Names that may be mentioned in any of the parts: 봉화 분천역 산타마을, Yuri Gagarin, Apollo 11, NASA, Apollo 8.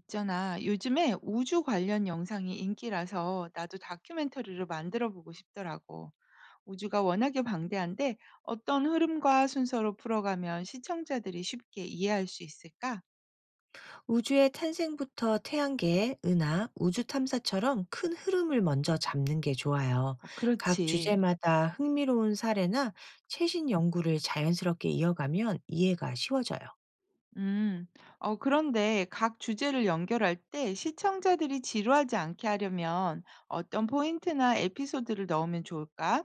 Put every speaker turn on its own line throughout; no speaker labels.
있잖아. 요즘에 우주 관련 영상이 인기라서 나도 다큐멘터리를 만들어 보고 싶더라고. 우주가 워낙에 방대한데 어떤 흐름과 순서로 풀어가면 시청자들이 쉽게 이해할 수 있을까?
우주의 탄생부터 태양계 은하, 우주 탐사처럼 큰 흐름을 먼저 잡는 게 좋아요.
어,
각
그렇지.
주제마다 흥미로운 사례나 최신 연구를 자연스럽게 이어가면 이해가 쉬워져요.
음. 어, 그런데 각 주제를 연결할 때 시청자들이 지루하지 않게 하려면 어떤 포인트나 에피소드를 넣으면 좋을까?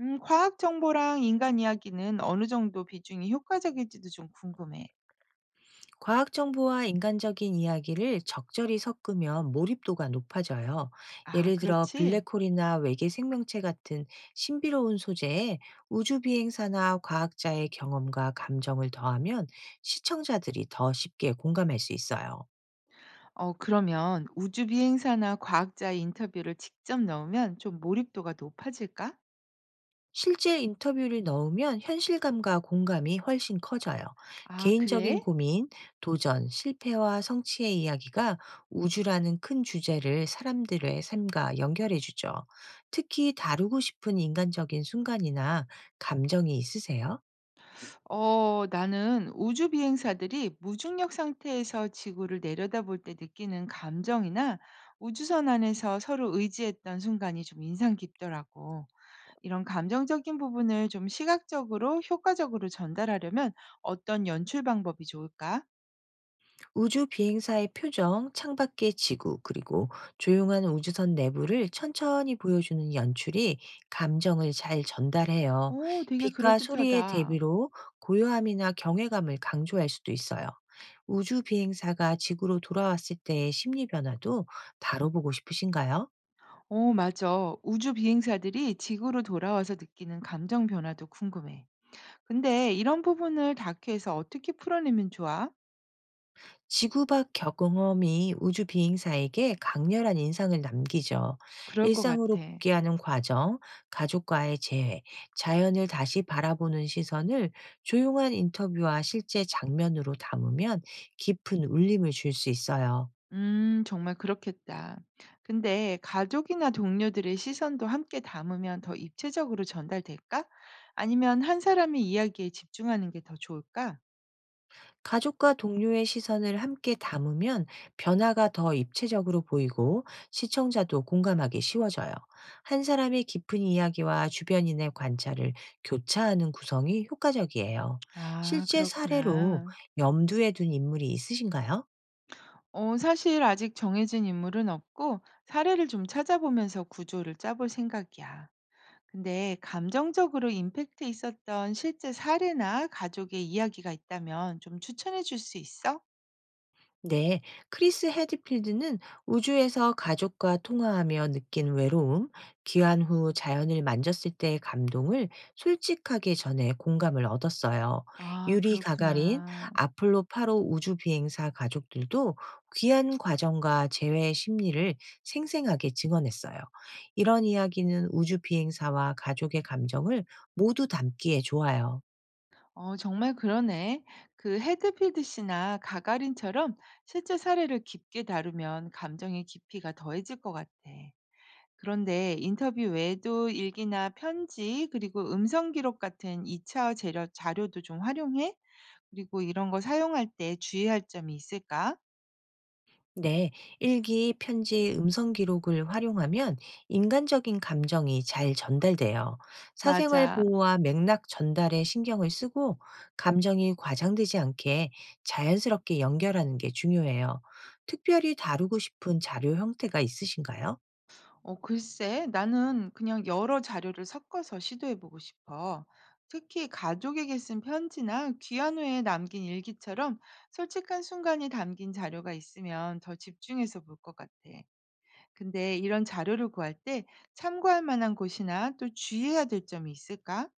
과학 정보랑 인간 이야기는 어느 정도 비중이 효과적일지도 좀 궁금해.
과학 정보와 인간적인 이야기를 적절히 섞으면 몰입도가 높아져요.
아,
예를 들어
그렇지.
블랙홀이나 외계 생명체 같은 신비로운 소재에 우주 비행사나 과학자의 경험과 감정을 더하면 시청자들이 더 쉽게 공감할 수 있어요.
어 그러면 우주 비행사나 과학자의 인터뷰를 직접 넣으면 좀 몰입도가 높아질까?
실제 인터뷰를 넣으면 현실감과 공감이 훨씬 커져요.
아,
개인적인
그래?
고민, 도전, 실패와 성취의 이야기가 우주라는 큰 주제를 사람들의 삶과 연결해주죠. 특히 다루고 싶은 인간적인 순간이나 감정이 있으세요?
어, 나는 우주 비행사들이 무중력 상태에서 지구를 내려다볼 때 느끼는 감정이나 우주선 안에서 서로 의지했던 순간이 좀 인상 깊더라고. 이런 감정적인 부분을 좀 시각적으로 효과적으로 전달하려면 어떤 연출 방법이 좋을까?
우주 비행사의 표정, 창밖의 지구, 그리고 조용한 우주선 내부를 천천히 보여주는 연출이 감정을 잘 전달해요.
오, 되게
빛과 소리의
그럴듯하다.
대비로 고요함이나 경외감을 강조할 수도 있어요. 우주 비행사가 지구로 돌아왔을 때의 심리 변화도 다뤄보고 싶으신가요?
어, 맞아. 우주 비행사들이 지구로 돌아와서 느끼는 감정 변화도 궁금해. 근데 이런 부분을 다큐에서 어떻게 풀어내면 좋아?
지구 밖 경험이 우주 비행사에게 강렬한 인상을 남기죠.
그럴 것
일상으로
같아.
복귀하는 과정, 가족과의 재회, 자연을 다시 바라보는 시선을 조용한 인터뷰와 실제 장면으로 담으면 깊은 울림을 줄 수 있어요.
정말 그렇겠다. 근데 가족이나 동료들의 시선도 함께 담으면 더 입체적으로 전달될까? 아니면 한 사람의 이야기에 집중하는 게 더 좋을까?
가족과 동료의 시선을 함께 담으면 변화가 더 입체적으로 보이고 시청자도 공감하기 쉬워져요. 한 사람의 깊은 이야기와 주변인의 관찰을 교차하는 구성이 효과적이에요.
아,
실제 사례로
그렇구나.
염두에 둔 인물이 있으신가요?
어, 사실 아직 정해진 인물은 없고 사례를 좀 찾아보면서 구조를 짜볼 생각이야. 근데 감정적으로 임팩트 있었던 실제 사례나 가족의 이야기가 있다면 좀 추천해 줄 수 있어?
네, 크리스 헤드필드는 우주에서 가족과 통화하며 느낀 외로움, 귀환 후 자연을 만졌을 때의 감동을 솔직하게 전해 공감을 얻었어요.
아,
유리 가가린,
그렇구나.
아폴로 8호 우주 비행사 가족들도 귀환 과정과 재회의 심리를 생생하게 증언했어요. 이런 이야기는 우주 비행사와 가족의 감정을 모두 담기에 좋아요.
어, 정말 그러네. 그 헤드필드 씨나 가가린처럼 실제 사례를 깊게 다루면 감정의 깊이가 더해질 것 같아. 그런데 인터뷰 외에도 일기나 편지, 그리고 음성 기록 같은 2차 자료도 좀 활용해? 그리고 이런 거 사용할 때 주의할 점이 있을까?
네, 일기, 편지, 음성 기록을 활용하면 인간적인 감정이 잘 전달돼요. 사생활
맞아.
보호와 맥락 전달에 신경을 쓰고 감정이 과장되지 않게 자연스럽게 연결하는 게 중요해요. 특별히 다루고 싶은 자료 형태가 있으신가요?
어, 글쎄, 나는 그냥 여러 자료를 섞어서 시도해보고 싶어. 특히 가족에게 쓴 편지나 귀한 후에 남긴 일기처럼 솔직한 순간이 담긴 자료가 있으면 더 집중해서 볼 것 같아. 근데 이런 자료를 구할 때 참고할 만한 곳이나 또 주의해야 될 점이 있을까?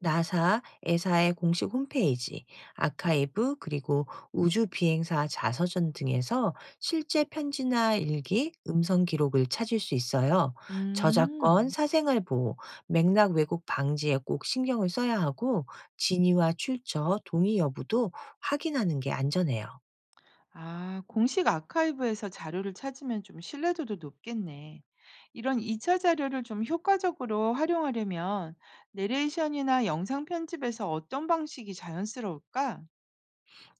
나사, 에사의 공식 홈페이지, 아카이브, 그리고 우주 비행사 자서전 등에서 실제 편지나 일기, 음성 기록을 찾을 수 있어요. 저작권,
음.
사생활 보호, 맥락 왜곡 방지에 꼭 신경을 써야 하고 진위와 출처, 동의 여부도 확인하는 게 안전해요.
아, 공식 아카이브에서 자료를 찾으면 좀 신뢰도도 높겠네. 이런 2차 자료를 좀 효과적으로 활용하려면 내레이션이나 영상 편집에서 어떤 방식이 자연스러울까?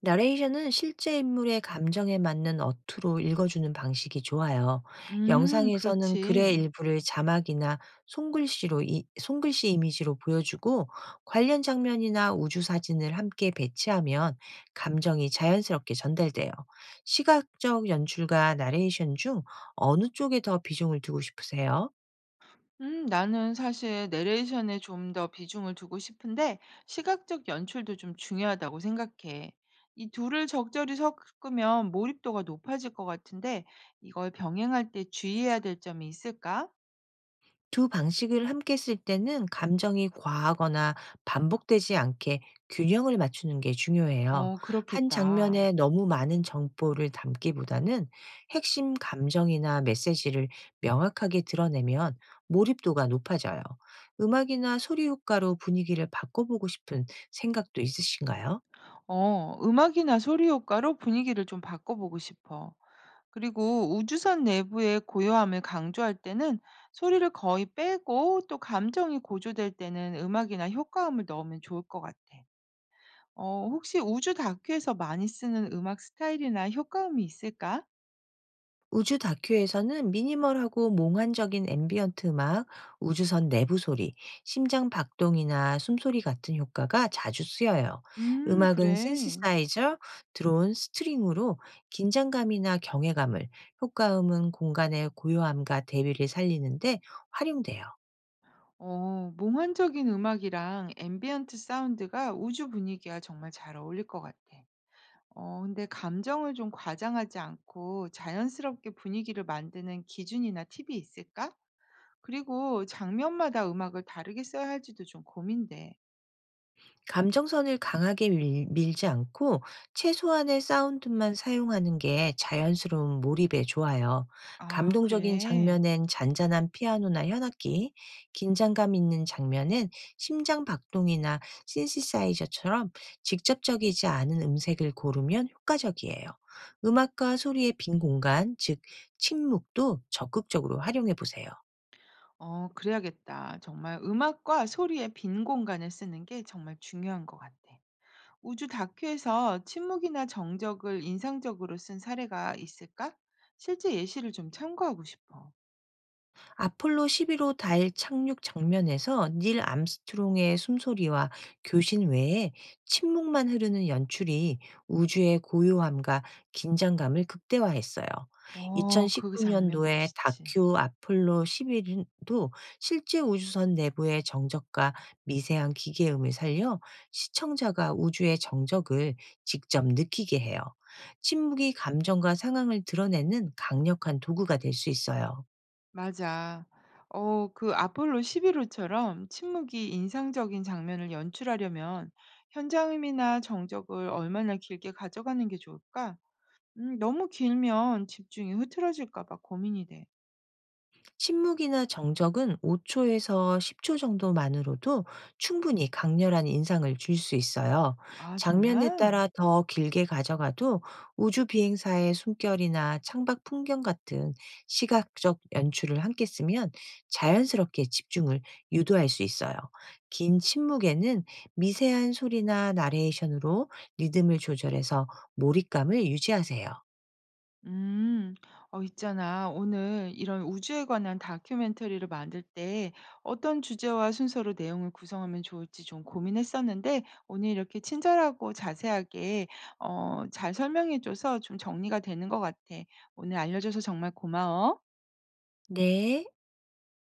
나레이션은 실제 인물의 감정에 맞는 어투로 읽어주는 방식이 좋아요. 영상에서는 글의
그렇지.
일부를 자막이나 손글씨 이미지로 보여주고 관련 장면이나 우주 사진을 함께 배치하면 감정이 자연스럽게 전달돼요. 시각적 연출과 나레이션 중 어느 쪽에 더 비중을 두고 싶으세요?
나는 사실 내레이션에 좀 더 비중을 두고 싶은데 시각적 연출도 좀 중요하다고 생각해. 이 둘을 적절히 섞으면 몰입도가 높아질 것 같은데 이걸 병행할 때 주의해야 될 점이 있을까?
두 방식을 함께 쓸 때는 감정이 과하거나 반복되지 않게 균형을 맞추는 게 중요해요.
어,
한
그렇겠다.
장면에 너무 많은 정보를 담기보다는 핵심 감정이나 메시지를 명확하게 드러내면 몰입도가 높아져요. 음악이나 소리 효과로 분위기를 바꿔보고 싶은 생각도 있으신가요?
어, 음악이나 소리 효과로 분위기를 좀 바꿔보고 싶어. 그리고 우주선 내부의 고요함을 강조할 때는 소리를 거의 빼고 또 감정이 고조될 때는 음악이나 효과음을 넣으면 좋을 것 같아. 어, 혹시 우주 다큐에서 많이 쓰는 음악 스타일이나 효과음이 있을까?
우주 다큐에서는 미니멀하고 몽환적인 앰비언트 음악, 우주선 내부 소리, 심장 박동이나 숨소리 같은 효과가 자주 쓰여요. 음. 악은
그래.
신시사이저, 드론, 스트링으로 긴장감이나 경외감을, 효과음은 공간의 고요함과 대비를 살리는데 활용돼요.
어, 몽환적인 음악이랑 앰비언트 사운드가 우주 분위기와 정말 잘 어울릴 것 같아. 어 근데 감정을 좀 과장하지 않고 자연스럽게 분위기를 만드는 기준이나 팁이 있을까? 그리고 장면마다 음악을 다르게 써야 할지도 좀 고민돼.
감정선을 강하게 밀지 않고 최소한의 사운드만 사용하는 게 자연스러운 몰입에 좋아요.
아,
감동적인
그래.
장면엔 잔잔한 피아노나 현악기, 긴장감 있는 장면엔 심장 박동이나 신시사이저처럼 직접적이지 않은 음색을 고르면 효과적이에요. 음악과 소리의 빈 공간, 즉 침묵도 적극적으로 활용해 보세요.
어, 그래야겠다. 정말 음악과 소리의 빈 공간을 쓰는 게 정말 중요한 것 같아. 우주 다큐에서 침묵이나 정적을 인상적으로 쓴 사례가 있을까? 실제 예시를 좀 참고하고 싶어.
아폴로 11호 달 착륙 장면에서 닐 암스트롱의 숨소리와 교신 외에 침묵만 흐르는 연출이 우주의 고요함과 긴장감을 극대화했어요.
어, 그 장면
2019년도에
멋있지.
다큐 아폴로 11도 실제 우주선 내부의 정적과 미세한 기계음을 살려 시청자가 우주의 정적을 직접 느끼게 해요. 침묵이 감정과 상황을 드러내는 강력한 도구가 될 수 있어요.
맞아. 어, 그 아폴로 11호처럼 침묵이 인상적인 장면을 연출하려면 현장음이나 정적을 얼마나 길게 가져가는 게 좋을까? 너무 길면 집중이 흐트러질까 봐 고민이 돼.
침묵이나 정적은 5초에서 10초 정도만으로도 충분히 강렬한 인상을 줄 수 있어요.
아,
장면에
정말?
따라 더 길게 가져가도 우주 비행사의 숨결이나 창밖 풍경 같은 시각적 연출을 함께 쓰면 자연스럽게 집중을 유도할 수 있어요. 긴 침묵에는 미세한 소리나 나레이션으로 리듬을 조절해서 몰입감을 유지하세요.
음, 있잖아. 오늘 이런 우주에 관한 다큐멘터리를 만들 때 어떤 주제와 순서로 내용을 구성하면 좋을지 좀 고민했었는데 오늘 이렇게 친절하고 자세하게 잘 설명해줘서 좀 정리가 되는 것 같아. 오늘 알려줘서 정말 고마워.
네.